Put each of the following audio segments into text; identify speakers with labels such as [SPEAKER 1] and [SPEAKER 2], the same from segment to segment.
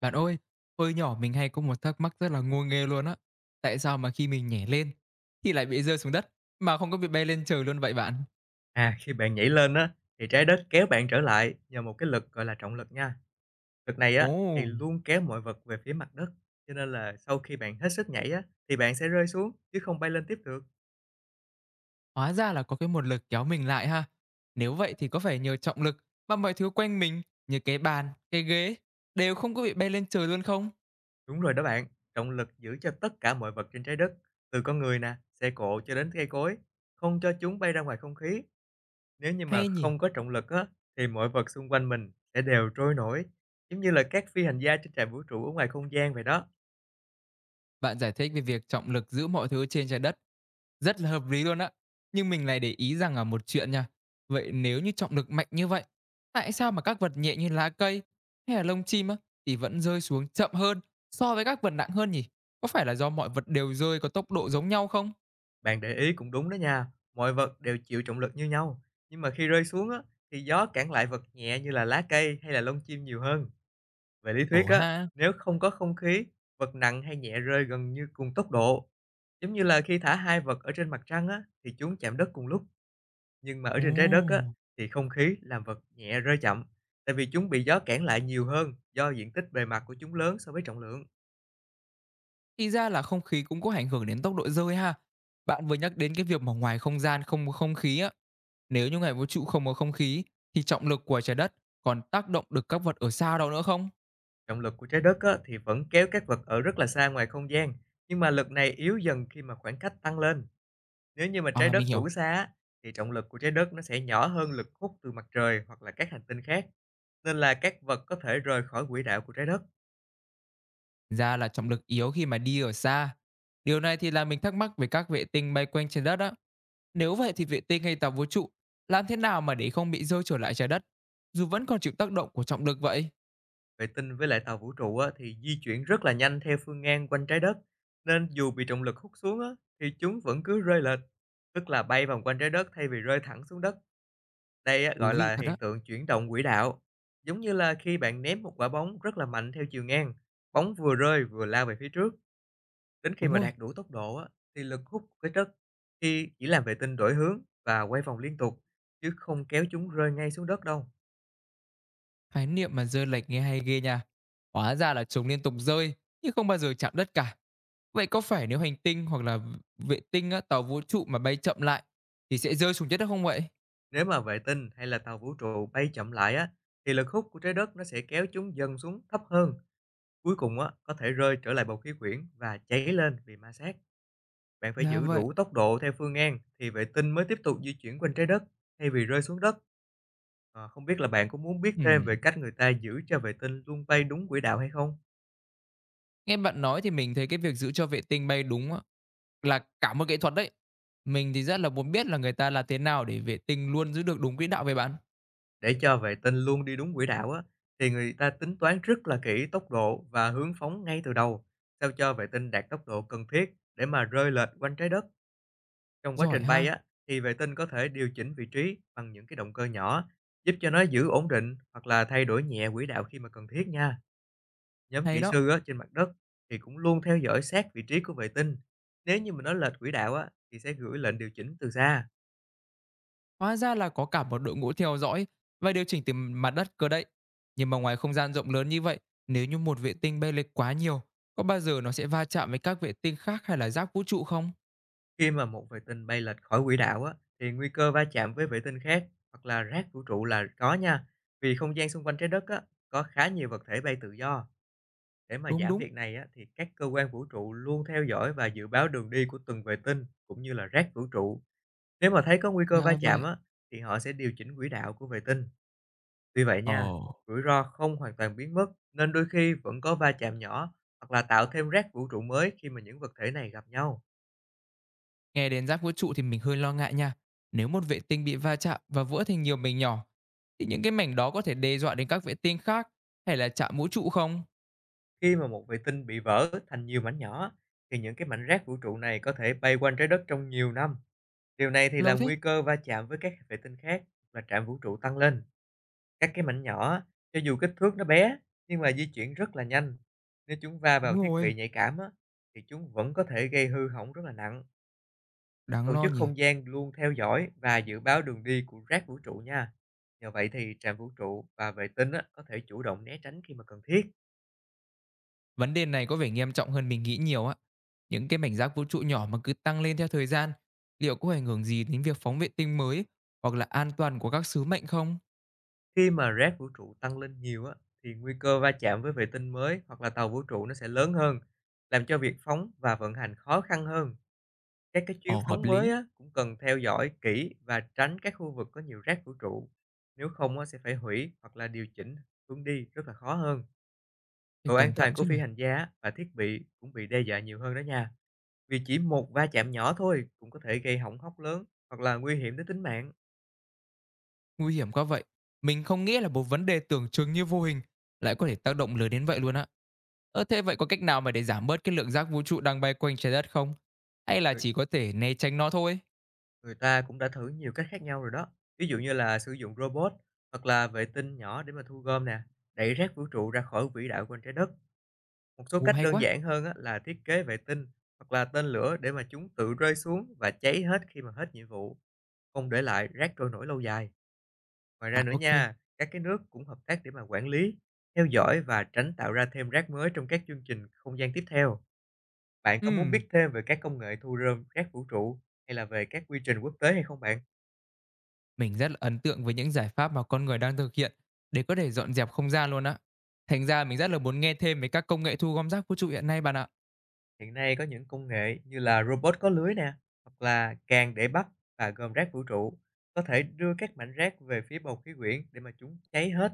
[SPEAKER 1] Bạn ơi, hồi nhỏ mình hay có một thắc mắc rất là ngô nghê luôn á. Tại sao mà khi mình nhảy lên thì lại bị rơi xuống đất mà không có bị bay lên trời luôn vậy bạn?
[SPEAKER 2] À, khi bạn nhảy lên á, thì trái đất kéo bạn trở lại nhờ một cái lực gọi là trọng lực nha. Lực này á, thì
[SPEAKER 1] Ồ,
[SPEAKER 2] luôn kéo mọi vật về phía mặt đất. Cho nên là sau khi bạn hết sức nhảy á, thì bạn sẽ rơi xuống chứ không bay lên tiếp được.
[SPEAKER 1] hóa ra là có một lực kéo mình lại ha. Nếu vậy thì có phải nhờ trọng lực mà mọi thứ quanh mình như cái bàn, cái ghế đều không có bị bay lên trời luôn không?
[SPEAKER 2] Đúng rồi đó bạn, trọng lực giữ cho tất cả mọi vật trên trái đất, từ con người nè, xe cộ cho đến cây cối, không cho chúng bay ra ngoài không khí. Nếu như mà
[SPEAKER 1] Hay nhỉ?
[SPEAKER 2] không có trọng lực á, thì mọi vật xung quanh mình sẽ đều trôi nổi, giống như là các phi hành gia trên trạm vũ trụ ở ngoài không gian vậy đó.
[SPEAKER 1] Bạn giải thích về việc trọng lực giữ mọi thứ trên trái đất. Rất là hợp lý luôn á. Nhưng mình lại để ý rằng ở một chuyện nha. Vậy nếu như trọng lực mạnh như vậy, tại sao mà các vật nhẹ như lá cây hay là lông chim á, thì vẫn rơi xuống chậm hơn so với các vật nặng hơn nhỉ? Có phải là do mọi vật đều rơi có tốc độ giống nhau không?
[SPEAKER 2] Bạn để ý cũng đúng đó nha, mọi vật đều chịu trọng lực như nhau, nhưng mà khi rơi xuống á, thì gió cản lại vật nhẹ như là lá cây hay là lông chim nhiều hơn. Về lý
[SPEAKER 1] Ồ
[SPEAKER 2] thuyết á,
[SPEAKER 1] ha.
[SPEAKER 2] nếu không có không khí, vật nặng hay nhẹ rơi gần như cùng tốc độ. Giống như là khi thả hai vật ở trên mặt trăng á, thì chúng chạm đất cùng lúc, nhưng mà ở
[SPEAKER 1] Ồ.
[SPEAKER 2] trên trái đất á, thì không khí làm vật nhẹ rơi chậm, tại vì chúng bị gió cản lại nhiều hơn do diện tích bề mặt của chúng lớn so với trọng lượng.
[SPEAKER 1] Thì ra là không khí cũng có ảnh hưởng đến tốc độ rơi ha. Bạn vừa nhắc đến cái việc mà ngoài không gian không có không khí á. Nếu như hệ vũ trụ không có không khí thì trọng lực của trái đất còn tác động được các vật ở xa đâu nữa không?
[SPEAKER 2] Trọng lực của trái đất á, thì vẫn kéo các vật ở rất là xa ngoài không gian, nhưng mà lực này yếu dần khi mà khoảng cách tăng lên. Nếu như mà trái
[SPEAKER 1] À mình
[SPEAKER 2] đất
[SPEAKER 1] hiểu,
[SPEAKER 2] đủ xa á, thì trọng lực của trái đất nó sẽ nhỏ hơn lực hút từ mặt trời hoặc là các hành tinh khác. Nên là các vật có thể rời khỏi quỹ đạo của trái đất.
[SPEAKER 1] ra là trọng lực yếu khi mà đi ở xa. Điều này thì làm mình thắc mắc về các vệ tinh bay quanh trái đất á. Nếu vậy thì vệ tinh hay tàu vũ trụ làm thế nào mà để không bị rơi trở lại trái đất dù vẫn còn chịu tác động của trọng lực vậy?
[SPEAKER 2] Vệ tinh với lại tàu vũ trụ á, thì di chuyển rất là nhanh theo phương ngang quanh trái đất. Nên dù bị trọng lực hút xuống á, thì chúng vẫn cứ rơi lệch, tức là bay vòng quanh trái đất thay vì rơi thẳng xuống đất. Đây á,
[SPEAKER 1] Thú
[SPEAKER 2] gọi
[SPEAKER 1] vị
[SPEAKER 2] là
[SPEAKER 1] thật á.
[SPEAKER 2] hiện tượng chuyển động quỹ đạo, giống như là khi bạn ném một quả bóng rất là mạnh theo chiều ngang, bóng vừa rơi vừa lao về phía trước, đến khi
[SPEAKER 1] Đúng
[SPEAKER 2] mà
[SPEAKER 1] rồi,
[SPEAKER 2] đạt đủ tốc độ á, thì lực hút của cái đất khi chỉ làm vệ tinh đổi hướng và quay vòng liên tục, chứ không kéo chúng rơi ngay xuống đất đâu.
[SPEAKER 1] khái niệm mà rơi lệch nghe hay ghê nha. Hóa ra là chúng liên tục rơi nhưng không bao giờ chạm đất cả. Vậy có phải nếu hành tinh hoặc là vệ tinh á, tàu vũ trụ mà bay chậm lại thì sẽ rơi xuống đất, không vậy?
[SPEAKER 2] Nếu mà vệ tinh hay là tàu vũ trụ bay chậm lại á, thì lực hút của trái đất nó sẽ kéo chúng dần xuống thấp hơn, cuối cùng á, có thể rơi trở lại bầu khí quyển và cháy lên vì ma sát. Bạn phải
[SPEAKER 1] Ra
[SPEAKER 2] giữ
[SPEAKER 1] vậy.
[SPEAKER 2] đủ tốc độ theo phương ngang thì vệ tinh mới tiếp tục di chuyển quanh trái đất thay vì rơi xuống đất. Không biết là bạn có muốn biết thêm về
[SPEAKER 1] Ừm,
[SPEAKER 2] cách người ta giữ cho vệ tinh luôn bay đúng quỹ đạo hay không?
[SPEAKER 1] nghe bạn nói thì mình thấy cái việc giữ cho vệ tinh bay đúng á, là cả một nghệ thuật đấy. Mình thì rất là muốn biết là người ta làm thế nào để vệ tinh luôn giữ được đúng quỹ đạo về bạn.
[SPEAKER 2] Để cho vệ tinh luôn đi đúng quỹ đạo á, thì người ta tính toán rất là kỹ tốc độ và hướng phóng ngay từ đầu, sao cho vệ tinh đạt tốc độ cần thiết để mà rơi lệch quanh trái đất. Trong quá
[SPEAKER 1] Giỏi
[SPEAKER 2] trình bay
[SPEAKER 1] ha,
[SPEAKER 2] á, thì vệ tinh có thể điều chỉnh vị trí bằng những cái động cơ nhỏ, giúp cho nó giữ ổn định hoặc là thay đổi nhẹ quỹ đạo khi mà cần thiết nha. Nhóm
[SPEAKER 1] hay
[SPEAKER 2] kỹ
[SPEAKER 1] đó.
[SPEAKER 2] sư á, trên mặt đất thì cũng luôn theo dõi sát vị trí của vệ tinh. Nếu như mà nó lệch quỹ đạo á, thì sẽ gửi lệnh điều chỉnh từ xa.
[SPEAKER 1] Hóa ra là có cả một đội ngũ theo dõi và điều chỉnh từ mặt đất cơ đấy. Nhưng mà ngoài không gian rộng lớn như vậy, nếu như một vệ tinh bay lệch quá nhiều, có bao giờ nó sẽ va chạm với các vệ tinh khác hay là giáp vũ trụ không?
[SPEAKER 2] Khi mà một vệ tinh bay lệch khỏi quỹ đạo á, thì nguy cơ va chạm với vệ tinh khác hoặc là rác vũ trụ là có nha. Vì không gian xung quanh trái đất á, có khá nhiều vật thể bay tự do. Để mà
[SPEAKER 1] Đúng,
[SPEAKER 2] giảm
[SPEAKER 1] đúng.
[SPEAKER 2] việc này á, thì các cơ quan vũ trụ luôn theo dõi và dự báo đường đi của từng vệ tinh cũng như là rác vũ trụ. Nếu mà thấy có nguy cơ va
[SPEAKER 1] Ra
[SPEAKER 2] chạm
[SPEAKER 1] vậy.
[SPEAKER 2] á, thì họ sẽ điều chỉnh quỹ đạo của vệ tinh. Tuy vậy nha,
[SPEAKER 1] Ồ,
[SPEAKER 2] rủi ro không hoàn toàn biến mất nên đôi khi vẫn có va chạm nhỏ hoặc là tạo thêm rác vũ trụ mới khi mà những vật thể này gặp nhau.
[SPEAKER 1] nghe đến giáp vũ trụ thì mình hơi lo ngại nha. Nếu một vệ tinh bị va chạm và vỡ thành nhiều mảnh nhỏ, thì những cái mảnh đó có thể đe dọa đến các vệ tinh khác hay là chạm vũ trụ không?
[SPEAKER 2] Khi mà một vệ tinh bị vỡ thành nhiều mảnh nhỏ thì những cái mảnh rác vũ trụ này có thể bay quanh trái đất trong nhiều năm. Điều này thì
[SPEAKER 1] Lâu
[SPEAKER 2] làm
[SPEAKER 1] thế.
[SPEAKER 2] nguy cơ va chạm với các vệ tinh khác và trạm vũ trụ tăng lên. Các cái mảnh nhỏ cho dù kích thước nó bé nhưng mà di chuyển rất là nhanh. Nếu chúng va vào
[SPEAKER 1] Đúng
[SPEAKER 2] thiết
[SPEAKER 1] rồi.
[SPEAKER 2] bị nhạy cảm á, thì chúng vẫn có thể gây hư hỏng rất là nặng.
[SPEAKER 1] Đáng
[SPEAKER 2] Tổ
[SPEAKER 1] lo
[SPEAKER 2] chức
[SPEAKER 1] nhỉ.
[SPEAKER 2] Không gian luôn theo dõi và dự báo đường đi của rác vũ trụ nha. Nhờ vậy thì trạm vũ trụ và vệ tinh á, có thể chủ động né tránh khi mà cần thiết.
[SPEAKER 1] Vấn đề này có vẻ nghiêm trọng hơn mình nghĩ nhiều á. Những cái mảnh rác vũ trụ nhỏ mà cứ tăng lên theo thời gian, liệu có ảnh hưởng gì đến việc phóng vệ tinh mới hoặc là an toàn của các sứ mệnh không?
[SPEAKER 2] Khi mà rác vũ trụ tăng lên nhiều á, thì nguy cơ va chạm với vệ tinh mới hoặc là tàu vũ trụ nó sẽ lớn hơn, làm cho việc phóng và vận hành khó khăn hơn. Các cái chuyến
[SPEAKER 1] Ồ, hợp
[SPEAKER 2] phóng mới
[SPEAKER 1] lý.
[SPEAKER 2] á, cũng cần theo dõi kỹ và tránh các khu vực có nhiều rác vũ trụ. Nếu không á, sẽ phải hủy hoặc là điều chỉnh hướng đi rất là khó hơn.
[SPEAKER 1] Phải
[SPEAKER 2] Độ an
[SPEAKER 1] cẩn
[SPEAKER 2] toàn
[SPEAKER 1] thận
[SPEAKER 2] của
[SPEAKER 1] chứ
[SPEAKER 2] phi
[SPEAKER 1] nhỉ.
[SPEAKER 2] hành gia và thiết bị cũng bị đe dọa nhiều hơn đó nha. Vì chỉ một va chạm nhỏ thôi cũng có thể gây hỏng hóc lớn hoặc là nguy hiểm đến tính mạng.
[SPEAKER 1] Nguy hiểm quá vậy. Mình không nghĩ là một vấn đề tưởng chừng như vô hình lại có thể tác động lớn đến vậy luôn á. Ơ thế vậy có cách nào mà để giảm bớt cái lượng rác vũ trụ đang bay quanh trái đất không? Hay là
[SPEAKER 2] Người,
[SPEAKER 1] chỉ có thể né tránh nó thôi?
[SPEAKER 2] người ta cũng đã thử nhiều cách khác nhau rồi đó. Ví dụ như là sử dụng robot hoặc là vệ tinh nhỏ để mà thu gom nè, đẩy rác vũ trụ ra khỏi quỹ đạo quanh trái đất. Một số
[SPEAKER 1] Ồ
[SPEAKER 2] cách
[SPEAKER 1] hay
[SPEAKER 2] đơn
[SPEAKER 1] quá.
[SPEAKER 2] giản hơn á, là thiết kế vệ tinh hoặc là tên lửa để mà chúng tự rơi xuống và cháy hết khi mà hết nhiệm vụ, không để lại rác trôi nổi lâu dài. Ngoài ra
[SPEAKER 1] À
[SPEAKER 2] nữa
[SPEAKER 1] ok.
[SPEAKER 2] nha, các cái nước cũng hợp tác để mà quản lý, theo dõi và tránh tạo ra thêm rác mới trong các chương trình không gian tiếp theo. Bạn có muốn
[SPEAKER 1] Ừm,
[SPEAKER 2] biết thêm về các công nghệ thu rơm rác vũ trụ hay là về các quy trình quốc tế hay không bạn?
[SPEAKER 1] mình rất là ấn tượng với những giải pháp mà con người đang thực hiện để có thể dọn dẹp không gian luôn á. Thành ra mình rất là muốn nghe thêm về các công nghệ thu gom rác vũ trụ hiện nay bạn ạ.
[SPEAKER 2] Hiện nay có những công nghệ như là robot có lưới nè, hoặc là càng để bắp và gom rác vũ trụ có thể đưa các mảnh rác về phía bầu khí quyển để mà chúng cháy hết.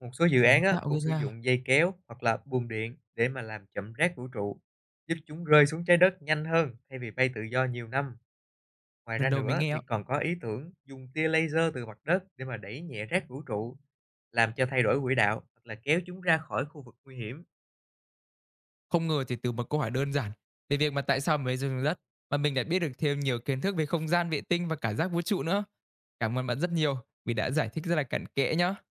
[SPEAKER 2] Một số dự án
[SPEAKER 1] Sáng
[SPEAKER 2] á,
[SPEAKER 1] tạo
[SPEAKER 2] cũng
[SPEAKER 1] ghê
[SPEAKER 2] sử
[SPEAKER 1] nha.
[SPEAKER 2] dụng dây kéo hoặc là buồng điện để mà làm chậm rác vũ trụ, giúp chúng rơi xuống trái đất nhanh hơn thay vì bay tự do nhiều năm. Ngoài
[SPEAKER 1] Lần
[SPEAKER 2] ra
[SPEAKER 1] đầu mình
[SPEAKER 2] nữa
[SPEAKER 1] nghe
[SPEAKER 2] thì
[SPEAKER 1] á.
[SPEAKER 2] còn có ý tưởng dùng tia laser từ mặt đất để mà đẩy nhẹ rác vũ trụ, làm cho thay đổi quỹ đạo hoặc là kéo chúng ra khỏi khu vực nguy hiểm.
[SPEAKER 1] Không ngờ chỉ từ một câu hỏi đơn giản về việc mà tại sao mới rơi xuống đất mà mình lại biết được thêm nhiều kiến thức về không gian, vệ tinh và cả giác vũ trụ nữa. Cảm ơn bạn rất nhiều vì đã giải thích rất là cặn kẽ nhá.